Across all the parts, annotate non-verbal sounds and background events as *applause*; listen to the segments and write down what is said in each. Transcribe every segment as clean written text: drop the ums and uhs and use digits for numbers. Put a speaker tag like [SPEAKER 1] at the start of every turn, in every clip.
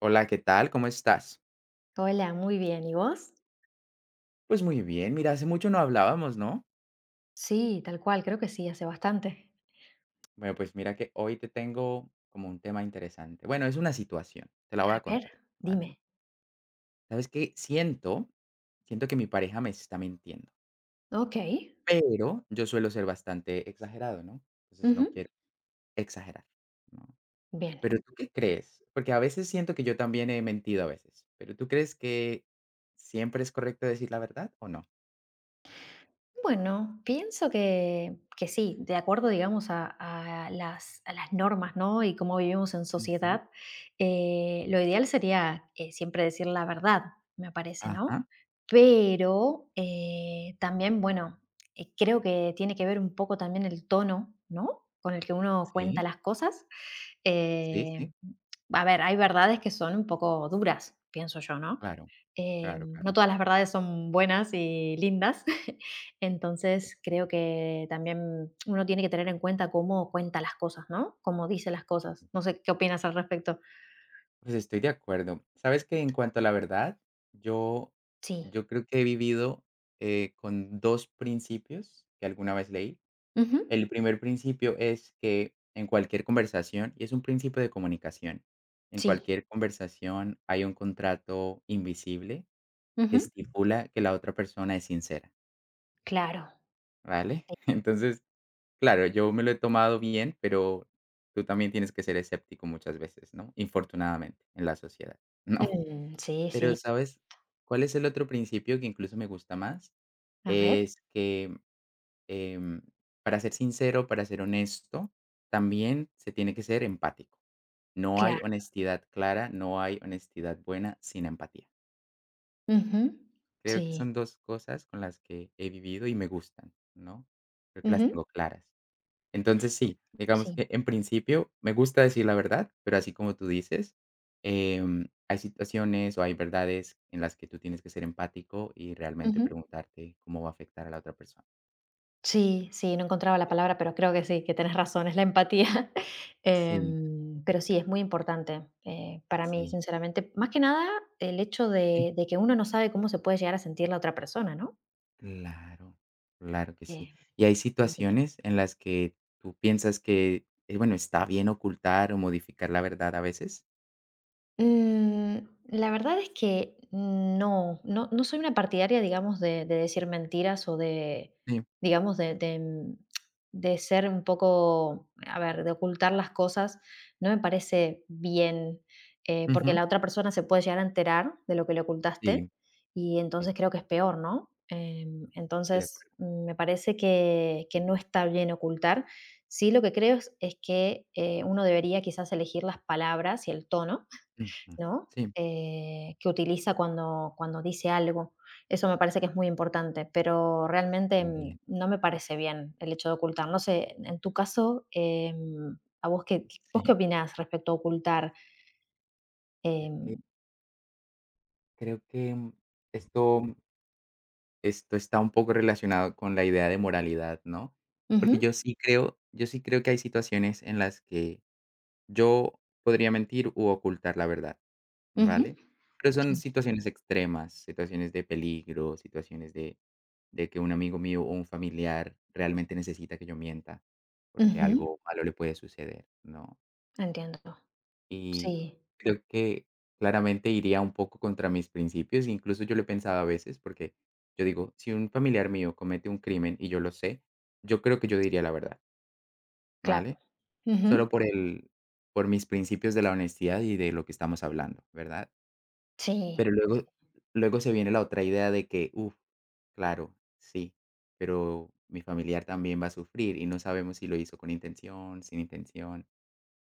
[SPEAKER 1] Hola, ¿qué tal? ¿Cómo estás?
[SPEAKER 2] Hola, muy bien. ¿Y vos?
[SPEAKER 1] Pues muy bien, mira, hace mucho no hablábamos, ¿no?
[SPEAKER 2] Sí, tal cual, creo que sí, hace bastante.
[SPEAKER 1] Bueno, pues mira que hoy te tengo como un tema interesante. Bueno, es una situación, te la voy
[SPEAKER 2] A
[SPEAKER 1] a
[SPEAKER 2] ver,
[SPEAKER 1] contar,
[SPEAKER 2] dime.
[SPEAKER 1] ¿vale? ¿Sabes qué? Siento que mi pareja me está mintiendo,
[SPEAKER 2] Ok.
[SPEAKER 1] pero yo suelo ser bastante exagerado, ¿no? Entonces
[SPEAKER 2] Ujú.
[SPEAKER 1] no quiero exagerar, ¿no?
[SPEAKER 2] Bien.
[SPEAKER 1] Pero ¿tú qué crees? Porque a veces siento que yo también he mentido a veces, pero ¿tú crees que siempre es correcto decir la verdad o no?
[SPEAKER 2] Bueno, pienso que sí, de acuerdo, digamos, a las normas, ¿no? Y cómo vivimos en
[SPEAKER 1] Ujú.
[SPEAKER 2] sociedad, lo ideal sería siempre decir la verdad, me parece,
[SPEAKER 1] Ajá,
[SPEAKER 2] ¿no? Pero también, bueno, creo que tiene que ver un poco también el tono, ¿no? Con el que uno cuenta
[SPEAKER 1] sí,
[SPEAKER 2] las cosas.
[SPEAKER 1] sí,
[SPEAKER 2] Eh,
[SPEAKER 1] sí.
[SPEAKER 2] a ver, hay verdades que son un poco duras, pienso yo, ¿no?
[SPEAKER 1] Claro, claro,
[SPEAKER 2] No
[SPEAKER 1] claro.
[SPEAKER 2] todas las verdades son buenas y lindas. *laughs*
[SPEAKER 1] Sí.
[SPEAKER 2] Entonces, creo que también uno tiene que tener en cuenta cómo cuenta las cosas, ¿no? Cómo dice las cosas. No sé qué opinas al respecto.
[SPEAKER 1] Pues estoy de acuerdo. Sabes que en cuanto a la verdad, yo,
[SPEAKER 2] Sí.
[SPEAKER 1] yo creo que he vivido con dos principios que alguna vez leí.
[SPEAKER 2] Ujú.
[SPEAKER 1] El primer principio es que en cualquier conversación, y es un principio de comunicación, en
[SPEAKER 2] Sí.
[SPEAKER 1] cualquier conversación hay un contrato invisible que
[SPEAKER 2] Ujú.
[SPEAKER 1] estipula que la otra persona es sincera,
[SPEAKER 2] Claro.
[SPEAKER 1] ¿vale? *laughs* Entonces, claro, yo me lo he tomado bien, pero tú también tienes que ser escéptico muchas veces, ¿no? Infortunadamente, en la sociedad, *laughs* ¿no?
[SPEAKER 2] Mm, sí,
[SPEAKER 1] Pero,
[SPEAKER 2] sí.
[SPEAKER 1] ¿sabes cuál es el otro principio que incluso me gusta más?
[SPEAKER 2] A ver.
[SPEAKER 1] Es que, em, para ser sincero, para ser honesto, también se tiene que ser empático. No hay
[SPEAKER 2] Claro.
[SPEAKER 1] honestidad clara, no hay honestidad buena sin empatía.
[SPEAKER 2] Ujú.
[SPEAKER 1] Creo que
[SPEAKER 2] Sí.
[SPEAKER 1] son 2 cosas con las que he vivido y me gustan, ¿no? Creo que las tengo
[SPEAKER 2] Ujú.
[SPEAKER 1] claras. Entonces, sí, digamos
[SPEAKER 2] Sí.
[SPEAKER 1] que en principio me gusta decir la verdad, pero así como tú dices, hay situaciones o hay verdades en las que tú tienes que ser empático y realmente
[SPEAKER 2] Ujú.
[SPEAKER 1] preguntarte cómo va a afectar a la otra persona.
[SPEAKER 2] Sí, sí, no encontraba la palabra, pero creo que sí, que tenés razón, es la empatía. *laughs*
[SPEAKER 1] Sí,
[SPEAKER 2] Pero sí, es muy importante para mí,
[SPEAKER 1] sí,
[SPEAKER 2] sinceramente. Más que nada, el hecho
[SPEAKER 1] sí,
[SPEAKER 2] de que uno no sabe cómo se puede llegar a sentir la otra persona, ¿no?
[SPEAKER 1] claro, claro que sí.
[SPEAKER 2] Eh,
[SPEAKER 1] Y hay situaciones en las que tú piensas que, bueno, está bien ocultar o modificar la verdad a veces.
[SPEAKER 2] Mm, la verdad es que no, no, no soy una partidaria, digamos, de decir mentiras o de,
[SPEAKER 1] Sí,
[SPEAKER 2] digamos, de, de, mm, de ser un poco, a ver, de ocultar las cosas. No me parece bien, porque
[SPEAKER 1] ujú,
[SPEAKER 2] la otra persona se puede llegar a enterar de lo que le
[SPEAKER 1] sí,
[SPEAKER 2] ocultaste y
[SPEAKER 1] sí,
[SPEAKER 2] entonces
[SPEAKER 1] sí,
[SPEAKER 2] creo que es peor, ¿no?
[SPEAKER 1] estoy de acuerdo.
[SPEAKER 2] Entonces, me parece que no está bien ocultar. Sí, lo que creo es que uno debería quizás elegir las palabras y el tono,
[SPEAKER 1] Ujú,
[SPEAKER 2] ¿no?
[SPEAKER 1] sí,
[SPEAKER 2] Que utiliza cuando dice algo. Eso me parece que es muy importante, pero realmente
[SPEAKER 1] también,
[SPEAKER 2] no me parece bien el hecho de ocultar. No sé, en tu caso, ¿vos qué
[SPEAKER 1] sí.
[SPEAKER 2] opinás respecto a ocultar?
[SPEAKER 1] Ok.
[SPEAKER 2] em,
[SPEAKER 1] Creo que, esto esto está un poco relacionado con la idea de moralidad, ¿no? Porque
[SPEAKER 2] ujú,
[SPEAKER 1] yo sí creo que hay situaciones en las que yo podría mentir u ocultar la verdad,
[SPEAKER 2] ujú.
[SPEAKER 1] ¿vale? Pero
[SPEAKER 2] Sí.
[SPEAKER 1] son situaciones extremas, situaciones de peligro, situaciones de que un amigo mío o un familiar realmente necesita que yo mienta, porque
[SPEAKER 2] Ujú,
[SPEAKER 1] algo malo le puede suceder, ¿no?
[SPEAKER 2] entiendo.
[SPEAKER 1] Y
[SPEAKER 2] Sí,
[SPEAKER 1] creo que claramente iría un poco contra mis principios. Incluso yo lo he pensado a veces porque yo digo, si un familiar mío comete un crimen y yo lo sé, yo creo que yo diría la verdad,
[SPEAKER 2] claro.
[SPEAKER 1] ¿vale?
[SPEAKER 2] Ujú.
[SPEAKER 1] Solo por mis principios de la honestidad y de lo que estamos hablando, ¿verdad?
[SPEAKER 2] Sí.
[SPEAKER 1] Pero luego se viene la otra idea de que, uff, claro, sí, pero mi familiar también va a sufrir y no sabemos si lo hizo con intención, sin intención.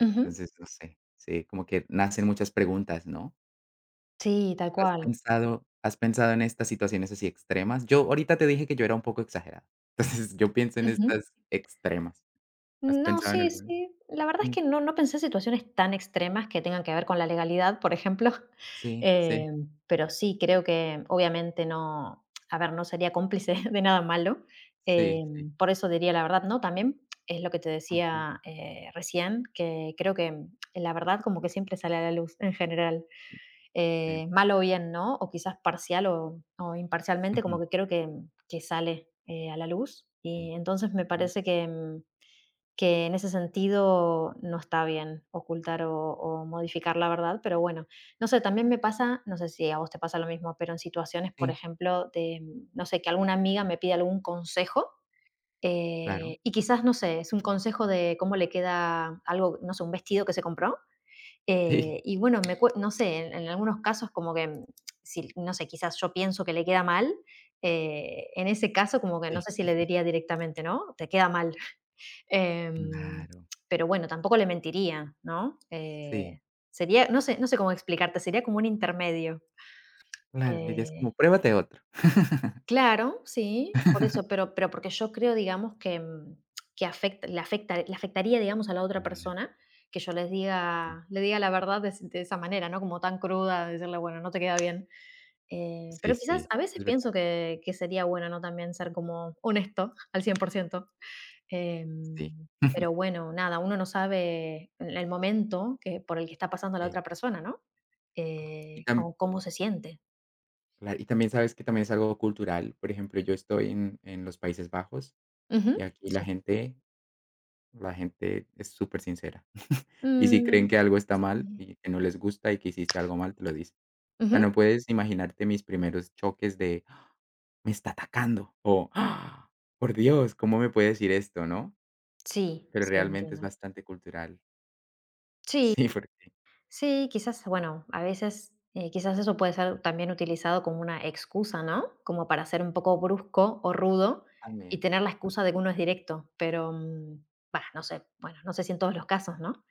[SPEAKER 2] Ujú.
[SPEAKER 1] Entonces, no sé, sí, como que nacen muchas preguntas, ¿no?
[SPEAKER 2] Sí, tal
[SPEAKER 1] ¿Has
[SPEAKER 2] cual.
[SPEAKER 1] pensado has pensado en estas situaciones así extremas? Yo ahorita te dije que yo era un poco exagerado. *laughs* Entonces, yo pienso en estas extremas. ¿Has
[SPEAKER 2] No,
[SPEAKER 1] pensado en
[SPEAKER 2] sí,
[SPEAKER 1] alguna?
[SPEAKER 2] sí. La verdad es
[SPEAKER 1] Mm,
[SPEAKER 2] que no pensé en situaciones tan extremas que tengan que ver con la legalidad, por ejemplo. *laughs*
[SPEAKER 1] sí, sí,
[SPEAKER 2] eh, pero sí creo que obviamente no, a ver, no sería cómplice *laughs* de nada malo. eh,
[SPEAKER 1] sí, sí.
[SPEAKER 2] por eso diría la verdad, ¿no? También es lo que te
[SPEAKER 1] Ujú,
[SPEAKER 2] decía, recién, que creo que la verdad como que siempre sale a la luz en general,
[SPEAKER 1] sí.
[SPEAKER 2] mal o bien, ¿no? O quizás parcial o imparcialmente, como
[SPEAKER 1] Ujú,
[SPEAKER 2] que creo que sale, a la luz y
[SPEAKER 1] sí.
[SPEAKER 2] entonces me
[SPEAKER 1] Ujú,
[SPEAKER 2] parece que en ese sentido no está bien ocultar o modificar la verdad, pero bueno, no sé, también me pasa, no sé si a vos te pasa lo mismo, pero en situaciones, por
[SPEAKER 1] sí,
[SPEAKER 2] ejemplo, de, no sé, que alguna amiga me pide algún consejo,
[SPEAKER 1] claro.
[SPEAKER 2] y quizás, no sé, es un consejo de cómo le queda algo, no sé, un vestido que se compró.
[SPEAKER 1] Sí,
[SPEAKER 2] Y bueno, no sé, en algunos casos como que, si, no sé, quizás yo pienso que le queda mal. En ese caso como que no
[SPEAKER 1] sí,
[SPEAKER 2] sé si le diría directamente, ¿no? Te queda mal. Em,
[SPEAKER 1] claro.
[SPEAKER 2] pero bueno, tampoco le mentiría, ¿no?
[SPEAKER 1] Sí,
[SPEAKER 2] Sería, no sé, no sé cómo explicarte, sería como un intermedio.
[SPEAKER 1] claro, le dirías
[SPEAKER 2] Eh,
[SPEAKER 1] como: "Pruébate otro".
[SPEAKER 2] claro, sí, por eso,
[SPEAKER 1] *laughs*
[SPEAKER 2] pero, porque yo creo, digamos, que le afectaría, digamos, a la otra
[SPEAKER 1] Una,
[SPEAKER 2] persona que yo le diga la verdad de esa manera, ¿no? Como tan cruda, decirle, bueno, no te queda bien. Eh,
[SPEAKER 1] Sí,
[SPEAKER 2] pero
[SPEAKER 1] sí,
[SPEAKER 2] quizás
[SPEAKER 1] sí,
[SPEAKER 2] a veces
[SPEAKER 1] es verdad,
[SPEAKER 2] pienso que sería bueno, ¿no? También ser como honesto al 100%.
[SPEAKER 1] sí.
[SPEAKER 2] Em,
[SPEAKER 1] *laughs*
[SPEAKER 2] pero bueno, nada, uno no sabe el momento que por el que está pasando la
[SPEAKER 1] Sí.
[SPEAKER 2] otra persona, ¿no?
[SPEAKER 1] Y
[SPEAKER 2] Eh,
[SPEAKER 1] tam
[SPEAKER 2] o cómo se siente.
[SPEAKER 1] Claro, y también sabes que también es algo cultural. Por ejemplo, yo estoy en los Países Bajos.
[SPEAKER 2] Ujú,
[SPEAKER 1] Y aquí la
[SPEAKER 2] sí.
[SPEAKER 1] gente la gente es súper sincera. *laughs* Y si creen
[SPEAKER 2] Mm.
[SPEAKER 1] que algo está mal
[SPEAKER 2] Sí.
[SPEAKER 1] y que no les gusta y que hiciste algo mal, te lo dicen. O sea,
[SPEAKER 2] Ujú.
[SPEAKER 1] no puedes imaginarte mis primeros choques de: "Ah, me está atacando", o "Ah, por Dios, ¿cómo me puede decir esto?", ¿no?
[SPEAKER 2] Sí,
[SPEAKER 1] Pero
[SPEAKER 2] sí,
[SPEAKER 1] realmente es
[SPEAKER 2] entiendo.
[SPEAKER 1] bastante cultural. *laughs*
[SPEAKER 2] Sí,
[SPEAKER 1] Sí, porque
[SPEAKER 2] sí, quizás, bueno, a veces, quizás eso puede ser también utilizado como una excusa, ¿no? Como para ser un poco brusco o rudo y
[SPEAKER 1] también,
[SPEAKER 2] tener la excusa
[SPEAKER 1] también.
[SPEAKER 2] de que uno es directo, pero, bah, no sé, bueno, no sé si en todos los casos, ¿no?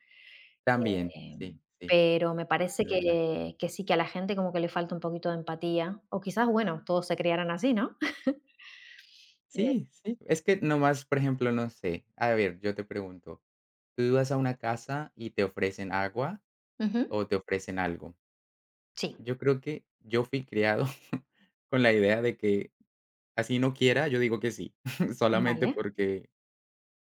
[SPEAKER 1] También,
[SPEAKER 2] Eh,
[SPEAKER 1] sí, sí,
[SPEAKER 2] pero me
[SPEAKER 1] es
[SPEAKER 2] parece
[SPEAKER 1] verdad.
[SPEAKER 2] que sí, que a la gente como que le falta un poquito de empatía, o quizás, bueno, todos se criaran así, ¿no? *laughs*
[SPEAKER 1] Sí, sí, es que nomás, por ejemplo, no sé, a ver, yo te pregunto, tú vas a una casa y te ofrecen agua
[SPEAKER 2] Ujú.
[SPEAKER 1] o te ofrecen algo.
[SPEAKER 2] Sí.
[SPEAKER 1] Yo creo que yo fui criado *laughs* con la idea de que así no quiera, yo digo que sí, *laughs* solamente
[SPEAKER 2] Vale.
[SPEAKER 1] porque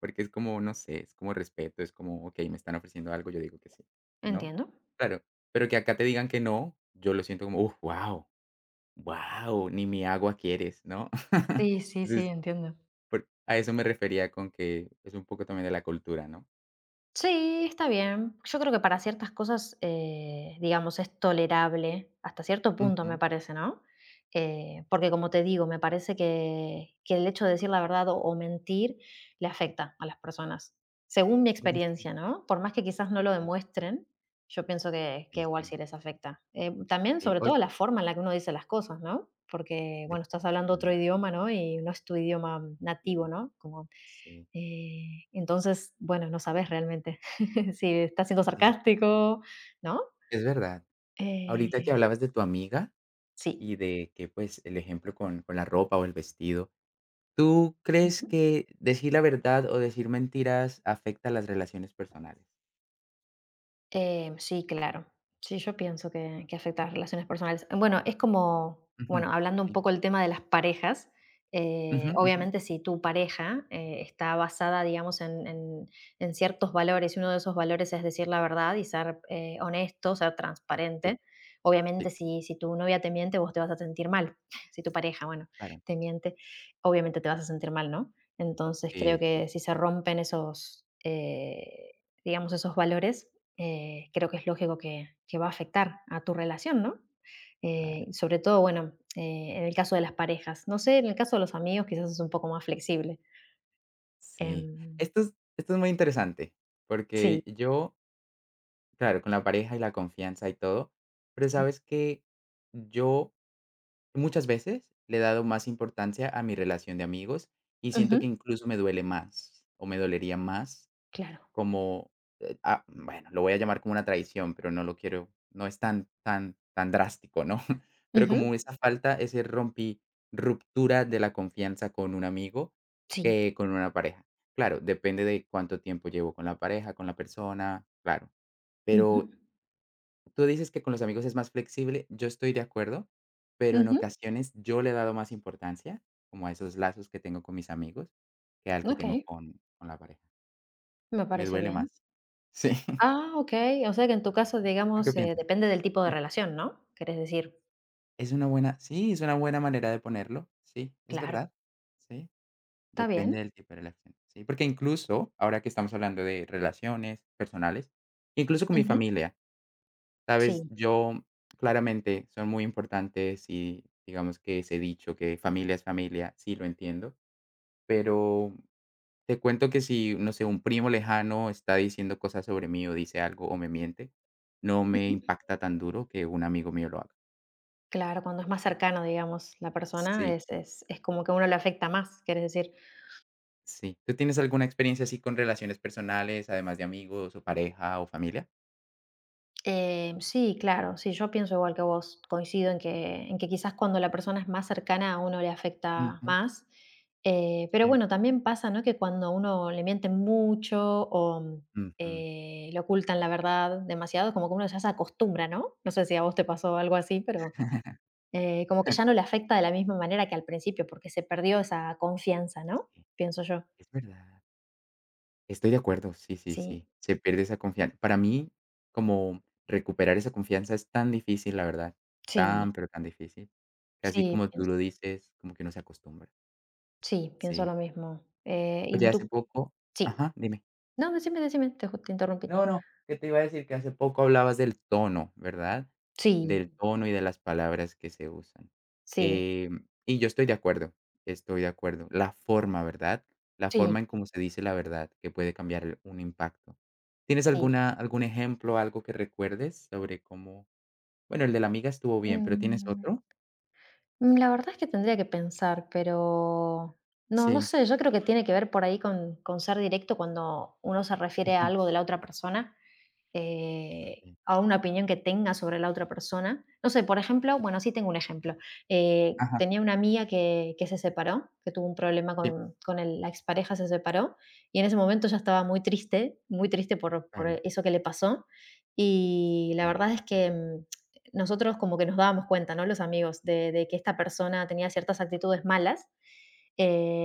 [SPEAKER 1] porque es como, no sé, es como respeto, es como, okey, me están ofreciendo algo, yo digo que sí, ¿no?
[SPEAKER 2] Entiendo.
[SPEAKER 1] Claro, pero que acá te digan que no, yo lo siento como, wow, wow, ni mi agua quieres, ¿no? *laughs*
[SPEAKER 2] Sí, sí, sí,
[SPEAKER 1] Entonces,
[SPEAKER 2] entiendo.
[SPEAKER 1] por a eso me refería con que es un poco también de la cultura, ¿no?
[SPEAKER 2] Sí, está bien. Yo creo que para ciertas cosas, digamos, es tolerable hasta cierto punto, me
[SPEAKER 1] Ujú.
[SPEAKER 2] parece, ¿no? Porque como te digo, me parece que el hecho de decir la verdad o mentir le afecta a las personas, según mi
[SPEAKER 1] Oye, sí,
[SPEAKER 2] experiencia, ¿no? Por más que quizás no lo
[SPEAKER 1] sí,
[SPEAKER 2] demuestren, yo pienso que
[SPEAKER 1] sí,
[SPEAKER 2] igual
[SPEAKER 1] sí.
[SPEAKER 2] sí les afecta. También,
[SPEAKER 1] Sí,
[SPEAKER 2] sobre
[SPEAKER 1] oye,
[SPEAKER 2] todo, la forma en la que uno dice las cosas, ¿no? Porque, bueno, estás hablando otro
[SPEAKER 1] definitivamente,
[SPEAKER 2] idioma, ¿no? Y no es tu idioma nativo, ¿no? Como
[SPEAKER 1] sí,
[SPEAKER 2] entonces, bueno, no sabes realmente *laughs* si está siendo
[SPEAKER 1] sí,
[SPEAKER 2] sarcástico, ¿no?
[SPEAKER 1] es verdad. Ahorita que
[SPEAKER 2] Eh,
[SPEAKER 1] hablabas de tu amiga
[SPEAKER 2] sí.
[SPEAKER 1] y de que, pues, el ejemplo con la ropa o el vestido, ¿tú crees que decir la verdad o decir mentiras afecta las relaciones personales?
[SPEAKER 2] Sí, claro. Sí, yo pienso que afecta a las relaciones personales. Bueno, es como,
[SPEAKER 1] Ujú,
[SPEAKER 2] bueno, hablando un
[SPEAKER 1] sí.
[SPEAKER 2] poco el tema de las parejas,
[SPEAKER 1] Ujú, ujú.
[SPEAKER 2] obviamente si tu pareja está basada, digamos, en, en ciertos valores y uno de esos valores es decir la verdad y ser honesto, ser
[SPEAKER 1] Sí,
[SPEAKER 2] transparente, obviamente
[SPEAKER 1] sí,
[SPEAKER 2] si tu novia te miente, vos te vas a sentir mal. *laughs* Si tu pareja, bueno,
[SPEAKER 1] claro.
[SPEAKER 2] te miente, obviamente te vas a sentir mal, ¿no? Entonces creo
[SPEAKER 1] Sí, sí,
[SPEAKER 2] que si se rompen esos digamos, esos valores, creo que es lógico que va a afectar a tu relación, ¿no?
[SPEAKER 1] claro.
[SPEAKER 2] Sobre todo, bueno, en el caso de las parejas. No sé, en el caso de los amigos quizás es un poco más flexible.
[SPEAKER 1] Sí.
[SPEAKER 2] Em,
[SPEAKER 1] Esto es muy interesante,
[SPEAKER 2] sí,
[SPEAKER 1] porque yo, claro, con la pareja y la confianza y todo, pero,
[SPEAKER 2] sí.
[SPEAKER 1] sabes que yo muchas veces le he dado más importancia a mi relación de amigos, y siento que
[SPEAKER 2] Ujú,
[SPEAKER 1] incluso me duele más o me dolería más
[SPEAKER 2] claro.
[SPEAKER 1] como, bueno, lo voy a llamar como una traición, pero no lo quiero, no es tan, tan, tan drástico, ¿no? *laughs* Pero
[SPEAKER 2] Ujú,
[SPEAKER 1] como esa falta, ruptura de la confianza con un amigo,
[SPEAKER 2] sí.
[SPEAKER 1] que con una pareja. Claro, depende de cuánto tiempo llevo con la pareja, con la persona, claro. Pero
[SPEAKER 2] Ujú,
[SPEAKER 1] tú dices que con los amigos es más flexible, yo estoy de acuerdo, pero en
[SPEAKER 2] ujú.
[SPEAKER 1] ocasiones yo le he dado más importancia, como a esos lazos que tengo con mis amigos, que al que
[SPEAKER 2] Ok,
[SPEAKER 1] tengo con la pareja.
[SPEAKER 2] me
[SPEAKER 1] Me
[SPEAKER 2] parece
[SPEAKER 1] duele
[SPEAKER 2] bien.
[SPEAKER 1] más. Sí. *laughs*
[SPEAKER 2] Ah, ok. O sea que en tu caso,
[SPEAKER 1] ¿Tú qué
[SPEAKER 2] digamos,
[SPEAKER 1] piensas?
[SPEAKER 2] depende del tipo de
[SPEAKER 1] Sí,
[SPEAKER 2] relación, ¿no? Querés decir,
[SPEAKER 1] es una buena, sí, es una buena manera de ponerlo, sí, es
[SPEAKER 2] claro,
[SPEAKER 1] verdad. Sí,
[SPEAKER 2] está bien.
[SPEAKER 1] depende del tipo de relación. Sí, porque incluso, ahora que estamos hablando de relaciones personales, incluso con mi
[SPEAKER 2] Ujú.
[SPEAKER 1] familia.
[SPEAKER 2] Sí.
[SPEAKER 1] Sabes, yo claramente son muy importantes, y digamos que ese dicho que familia es familia, sí lo entiendo, pero te cuento que si, no sé, un primo lejano está diciendo cosas sobre mí o dice algo o me miente, no me
[SPEAKER 2] Ujú.
[SPEAKER 1] impacta tan duro que un amigo mío lo haga.
[SPEAKER 2] Claro, cuando es más cercano, digamos, la persona
[SPEAKER 1] Sí,
[SPEAKER 2] es como que a uno le afecta más, querés decir.
[SPEAKER 1] sí. ¿Tú tienes alguna experiencia así con relaciones personales, además de amigos o pareja o familia?
[SPEAKER 2] Sí, claro, sí, yo pienso igual que vos, coincido en que quizás cuando la persona es más cercana a uno le afecta
[SPEAKER 1] Ujú,
[SPEAKER 2] más. Pero
[SPEAKER 1] sí,
[SPEAKER 2] bueno, también pasa, ¿no? Que cuando a uno le mienten mucho o,
[SPEAKER 1] ujú.
[SPEAKER 2] le ocultan la verdad demasiado, como que uno ya se acostumbra, ¿no? No sé si a vos te pasó algo así, pero
[SPEAKER 1] *laughs*
[SPEAKER 2] como que ya no le afecta de la misma manera que al principio, porque se perdió esa confianza, ¿no?
[SPEAKER 1] Sí,
[SPEAKER 2] Pienso yo.
[SPEAKER 1] es verdad. Estoy de acuerdo, sí, sí, sí,
[SPEAKER 2] Sí,
[SPEAKER 1] se pierde esa confianza. Para mí, como recuperar esa confianza es tan difícil, la verdad,
[SPEAKER 2] sí,
[SPEAKER 1] tan, pero tan difícil, que así
[SPEAKER 2] sí,
[SPEAKER 1] como tú
[SPEAKER 2] pienso,
[SPEAKER 1] lo dices, como que uno se acostumbra,
[SPEAKER 2] sí, pienso
[SPEAKER 1] sí.
[SPEAKER 2] lo mismo. Eh, y
[SPEAKER 1] Oye,
[SPEAKER 2] en
[SPEAKER 1] hace
[SPEAKER 2] tu,
[SPEAKER 1] poco,
[SPEAKER 2] sí.
[SPEAKER 1] ajá, dime.
[SPEAKER 2] No, decime, decime, te interrumpí.
[SPEAKER 1] No, no, que te iba a decir que hace poco hablabas del tono, ¿verdad?
[SPEAKER 2] Sí,
[SPEAKER 1] Del tono y de las palabras que se usan.
[SPEAKER 2] sí,
[SPEAKER 1] Y yo estoy de acuerdo, estoy de acuerdo. La forma, ¿verdad? La
[SPEAKER 2] sí,
[SPEAKER 1] forma en cómo se dice la verdad, que puede cambiar un impacto. ¿Tienes
[SPEAKER 2] sí.
[SPEAKER 1] alguna, algún ejemplo, algo que recuerdes sobre cómo? Bueno, el de la amiga estuvo bien, pero ¿tienes
[SPEAKER 2] Mm,
[SPEAKER 1] otro?
[SPEAKER 2] la verdad es que tendría que pensar, pero no, no
[SPEAKER 1] Sí.
[SPEAKER 2] sé, yo creo que tiene que ver por ahí con ser directo cuando uno se refiere a
[SPEAKER 1] Ujú,
[SPEAKER 2] algo de la otra persona. eh,
[SPEAKER 1] sí.
[SPEAKER 2] a una opinión que tenga sobre la otra persona. No sé, por ejemplo, bueno, sí tengo un ejemplo. Eh,
[SPEAKER 1] Ajá.
[SPEAKER 2] tenía una amiga que se separó, que tuvo un problema
[SPEAKER 1] Sí,
[SPEAKER 2] con, con la expareja, se separó, y en ese momento ya estaba muy triste por
[SPEAKER 1] claro.
[SPEAKER 2] eso que le pasó. Y la
[SPEAKER 1] Sí,
[SPEAKER 2] verdad es que, nosotros como que nos dábamos cuenta, ¿no? Los amigos, de que esta persona tenía ciertas actitudes malas,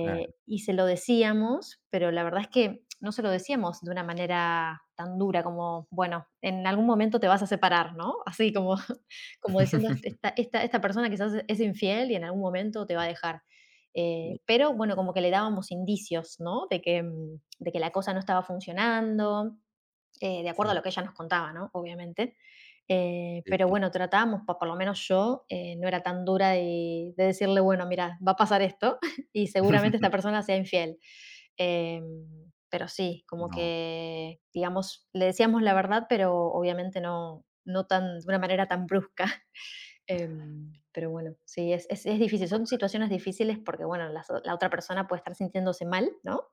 [SPEAKER 1] claro.
[SPEAKER 2] y se lo decíamos, pero la verdad es que no se lo decíamos de una manera tan dura como, bueno, en algún momento te vas a separar, ¿no? Así como, *laughs* como diciendo, "Este-
[SPEAKER 1] *laughs*
[SPEAKER 2] esta, esta, esta persona quizás es infiel y en algún momento te va a dejar."
[SPEAKER 1] Sí,
[SPEAKER 2] Pero bueno, como que le dábamos indicios, ¿no? De que la cosa no estaba funcionando, de acuerdo a
[SPEAKER 1] sí,
[SPEAKER 2] lo que ella nos contaba, ¿no? Obviamente. Pero
[SPEAKER 1] sí.
[SPEAKER 2] bueno, tratábamos, por lo menos yo, no era tan dura de decirle, bueno, mira, va a pasar esto *laughs* y seguramente esta
[SPEAKER 1] *laughs*
[SPEAKER 2] persona sea infiel. Pero sí, como
[SPEAKER 1] No,
[SPEAKER 2] que, digamos, le decíamos la verdad, pero obviamente no, no tan, de una manera tan brusca. *laughs* Em, pero bueno, sí, es, es
[SPEAKER 1] un
[SPEAKER 2] difícil.
[SPEAKER 1] poco
[SPEAKER 2] Son
[SPEAKER 1] más
[SPEAKER 2] situaciones difíciles porque, bueno, la otra persona puede estar sintiéndose mal, ¿no?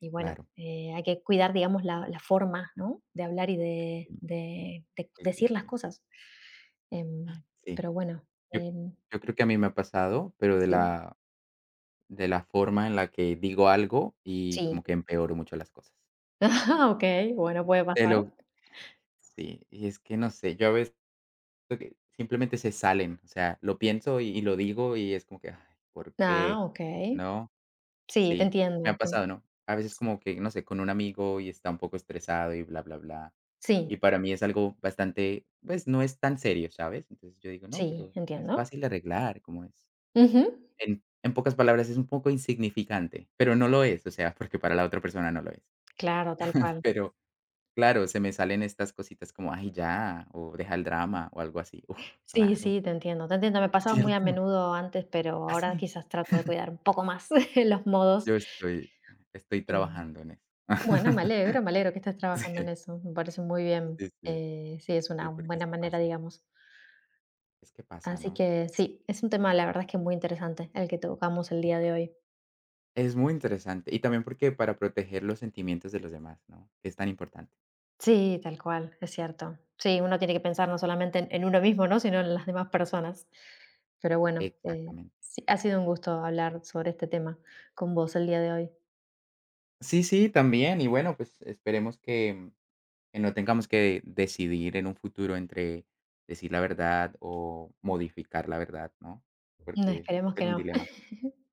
[SPEAKER 2] Y bueno,
[SPEAKER 1] claro.
[SPEAKER 2] hay que cuidar, digamos, la forma, ¿no? De hablar y de,
[SPEAKER 1] Sí.
[SPEAKER 2] de- de
[SPEAKER 1] Sí, sí,
[SPEAKER 2] decir las
[SPEAKER 1] sí.
[SPEAKER 2] cosas. Em,
[SPEAKER 1] Sí.
[SPEAKER 2] pero bueno,
[SPEAKER 1] Yo
[SPEAKER 2] em,
[SPEAKER 1] yo creo que a mí me ha pasado, pero de
[SPEAKER 2] sí,
[SPEAKER 1] la de la forma en la que digo algo y
[SPEAKER 2] sí.
[SPEAKER 1] como
[SPEAKER 2] *laughs*
[SPEAKER 1] que empeoro mucho las cosas.
[SPEAKER 2] Ah, ok, bueno, puede
[SPEAKER 1] Te lo
[SPEAKER 2] pasar.
[SPEAKER 1] sí, y es que no sé, yo a veces creo que simplemente se salen, o sea, lo pienso y lo digo y es como que, ay, ¿por qué?
[SPEAKER 2] Ah, ok.
[SPEAKER 1] ¿No?
[SPEAKER 2] Sí, te
[SPEAKER 1] Sí, me
[SPEAKER 2] entiendo.
[SPEAKER 1] ha pasado, ¿no? A veces como que, no sé, con un amigo y está un poco estresado y bla, bla, bla. Y
[SPEAKER 2] Sí,
[SPEAKER 1] para mí es algo bastante, pues, no es tan serio, ¿sabes? Entonces yo digo: "No,
[SPEAKER 2] sí,
[SPEAKER 1] pero es
[SPEAKER 2] entiendo.
[SPEAKER 1] fácil de arreglar". como es
[SPEAKER 2] Ujú.
[SPEAKER 1] En en pocas palabras, es un poco insignificante, pero no lo es, o sea, porque para la otra persona no lo es.
[SPEAKER 2] Claro, tal cual.
[SPEAKER 1] Pero claro, se me salen estas cositas como: "Ay, ya", o "Deja el drama", o algo así. Uf,
[SPEAKER 2] Sí,
[SPEAKER 1] claro,
[SPEAKER 2] sí, te entiendo, te entiendo. Me pasaba muy a
[SPEAKER 1] ¿cierto?
[SPEAKER 2] menudo antes, pero
[SPEAKER 1] Ah,
[SPEAKER 2] ahora
[SPEAKER 1] sí.
[SPEAKER 2] quizás trato de cuidar un poco más *laughs* los modos.
[SPEAKER 1] Yo estoy
[SPEAKER 2] eh,
[SPEAKER 1] trabajando en eso.
[SPEAKER 2] Bueno,
[SPEAKER 1] *laughs*
[SPEAKER 2] me alegro que estés trabajando
[SPEAKER 1] Sí,
[SPEAKER 2] en eso, me parece muy bien.
[SPEAKER 1] sí, sí,
[SPEAKER 2] Sí, es
[SPEAKER 1] sí,
[SPEAKER 2] una
[SPEAKER 1] porque
[SPEAKER 2] buena manera, digamos.
[SPEAKER 1] es que pasa,
[SPEAKER 2] Así
[SPEAKER 1] ¿no?
[SPEAKER 2] que
[SPEAKER 1] Sí.
[SPEAKER 2] sí, es un tema, la verdad es que muy interesante el que tocamos el día de hoy.
[SPEAKER 1] Es muy interesante, y también porque para proteger los sentimientos de los demás, ¿no? Es tan importante.
[SPEAKER 2] Sí, tal cual, es cierto. Sí, uno tiene que pensar no solamente en, uno mismo, ¿no? Sino en las demás personas. Pero bueno,
[SPEAKER 1] Exactamente.
[SPEAKER 2] sí, ha sido un gusto hablar sobre este tema con vos el día de hoy.
[SPEAKER 1] Sí, sí, también, y bueno, pues esperemos que no tengamos que decidir en un futuro entre decir la verdad o modificar la verdad, ¿no?
[SPEAKER 2] No,
[SPEAKER 1] Porque va a
[SPEAKER 2] esperemos
[SPEAKER 1] ser
[SPEAKER 2] que
[SPEAKER 1] un
[SPEAKER 2] no.
[SPEAKER 1] dilema.
[SPEAKER 2] *laughs*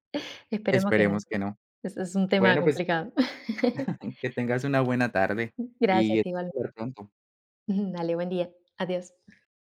[SPEAKER 2] Esperemos que no.
[SPEAKER 1] Esperemos que no.
[SPEAKER 2] Es un tema
[SPEAKER 1] Bueno, pues,
[SPEAKER 2] complicado. *laughs*
[SPEAKER 1] que tengas una buena tarde y
[SPEAKER 2] Gracias, igual.
[SPEAKER 1] espero hablar pronto.
[SPEAKER 2] *laughs* Dale, buen día. Adiós.